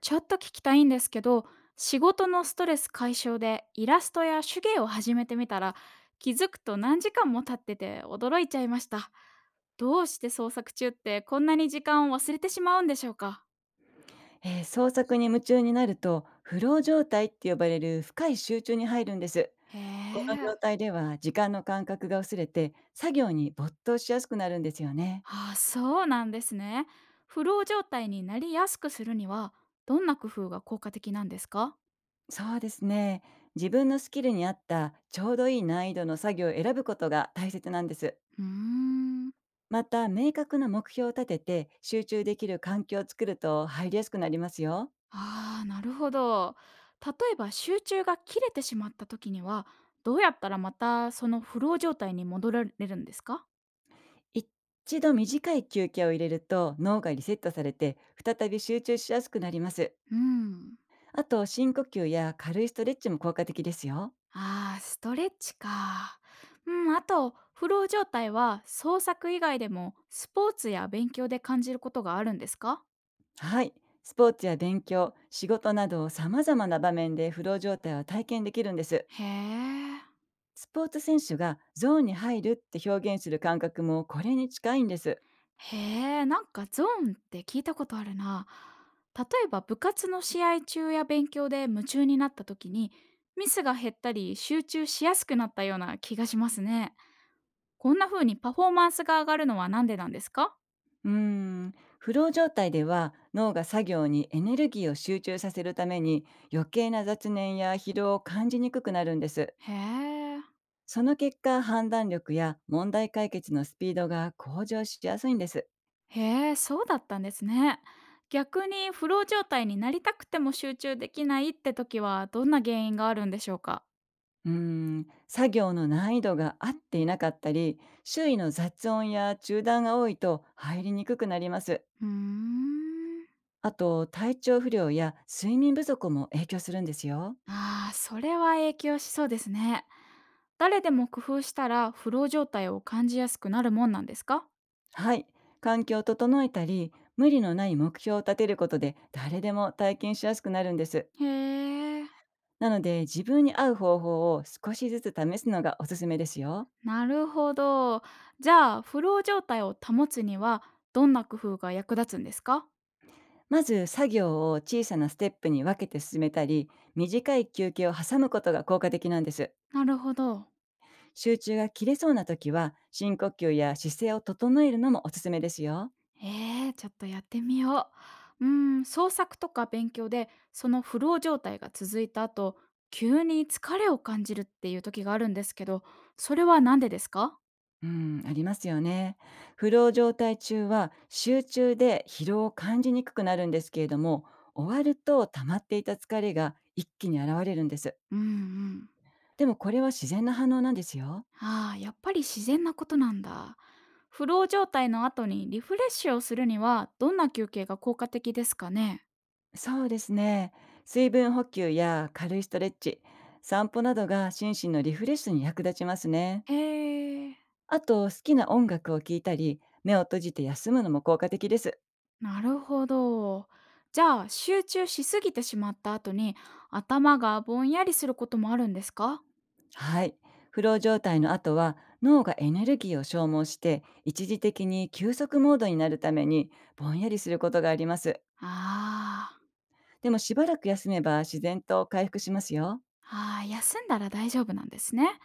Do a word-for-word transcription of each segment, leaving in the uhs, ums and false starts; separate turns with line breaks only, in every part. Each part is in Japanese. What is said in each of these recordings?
ちょっと聞きたいんですけど、仕事のストレス解消でイラストや手芸を始めてみたら、気づくと何時間も経ってて驚いちゃいました。どうして創作中ってこんなに時間を忘れてしまうんでしょうか？
えー創作に夢中になるとフロー状態って呼ばれる深い集中に入るんです。
へ
この
え。
状態では時間の感覚が薄れて作業に没頭しやすくなるんですよね。
ああ、そうなんですね。フロー状態になりやすくするには、どんな工夫が効果的なんですか？
そうですね、自分のスキルに合ったちょうどいい難易度の作業を選ぶことが大切なんです。
うーん。
また、明確な目標を立てて集中できる環境を作ると入りやすくなりますよ。
ああ、なるほど。例えば集中が切れてしまった時には、どうやったらまたそのフロー状態に戻られるんですか？
一度短い休憩を入れると脳がリセットされて再び集中しやすくなります。
うん。
あと、深呼吸や軽いストレッチも効果的ですよ。
ああー、ストレッチか。うん、あと、フロー状態は創作以外でもスポーツや勉強で感じることがあるんですか？
はい。スポーツや勉強、仕事など様々な場面でフロー状態は体験できるんです。
へえ。
スポーツ選手がゾーンに入るって表現する感覚もこれに近いんです。
へえ、なんかゾーンって聞いたことあるな。例えば部活の試合中や勉強で夢中になった時にミスが減ったり集中しやすくなったような気がしますね。こんな風にパフォーマンスが上がるのはなんでなんですか？
うーん。フロー状態では脳が作業にエネルギーを集中させるために余計な雑念や疲労を感じにくくなるんです。
へえ、
その結果、判断力や問題解決のスピードが向上しやすいんです。
へえ、そうだったんですね。逆にフロー状態になりたくても集中できないって時はどんな原因があるんでしょうか？
うーん、作業の難易度が合っていなかったり、周囲の雑音や中断が多いと入りにくくなります。
うーん。
あと、体調不良や睡眠不足も影響するんですよ。
ああ、それは影響しそうですね。誰でも工夫したらフロー状態を感じやすくなるもんなんですか？
はい。環境を整えたり、無理のない目標を立てることで誰でも体験しやすくなるんです。
へえ、
なので、自分に合う方法を少しずつ試すのがおすすめですよ。
なるほど。じゃあ、フロー状態を保つにはどんな工夫が役立つんですか？
まず、作業を小さなステップに分けて進めたり、短い休憩を挟むことが効果的なんです。
なるほど。
集中が切れそうな時は深呼吸や姿勢を整えるのもおすすめですよ。
えー、ちょっとやってみよう。うーん、創作とか勉強でそのフロー状態が続いた後、急に疲れを感じるっていう時があるんですけど、それはなんでですか？
うん、ありますよね。不老状態中は集中で疲労を感じにくくなるんですけれども、終わると溜まっていた疲れが一気に現れるんです。
うんうん。
でも、これは自然な反応なんですよ。
ああ、やっぱり自然なことなんだ。フロー状態の後にリフレッシュをするにはどんな休憩が効果的ですかね？
そうですね、水分補給や軽いストレッチ、散歩などが心身のリフレッシュに役立ちますね。
へえ。
あと、好きな音楽を聴いたり、目を閉じて休むのも効果的です。
なるほど。じゃあ集中しすぎてしまった後に頭がぼんやりすることもあるんですか？
はい。フロー状態の後は脳がエネルギーを消耗して一時的に休息モードになるためにぼんやりすることがあります。
あー
でも、しばらく休めば自然と回復しますよ。
あー、休んだら大丈夫なんですね。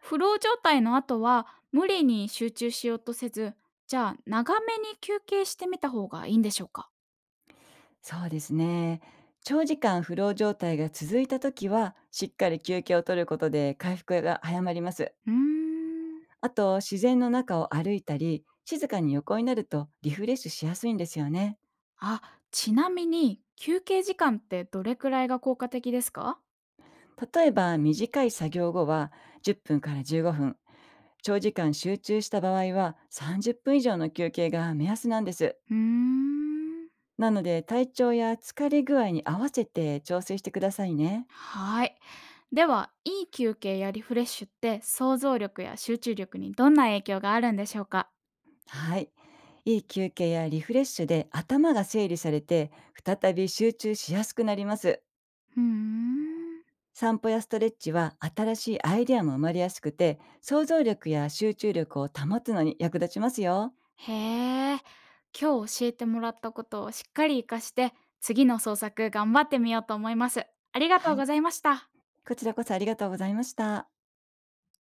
フロー状態の後は無理に集中しようとせず、じゃあ長めに休憩してみた方がいいんでしょうか？
そうですね、長時間フロー状態が続いた時はしっかり休憩を取ることで回復が早まります。
うーん。
あと、自然の中を歩いたり静かに横になるとリフレッシュしやすいんですよね。
あ、ちなみに休憩時間ってどれくらいが効果的ですか？
例えば短い作業後はじゅっぷんからじゅうごふん、長時間集中した場合はさんじゅっぷん以上の休憩が目安なんです。
うーん。
なので、体調や疲れ具合に合わせて調整してくださいね。
はい。では、いい休憩やリフレッシュって想像力や集中力にどんな影響があるんでしょうか？
はい。いい休憩やリフレッシュで頭が整理されて再び集中しやすくなります。
うーん。
散歩やストレッチは新しいアイデアも生まれやすくて想像力や集中力を保つのに役立ちますよ。
へえ。今日教えてもらったことをしっかり活かして、次の創作頑張ってみようと思います。ありがと
は
う
い、
ございました。
こちらこそありがとうございました。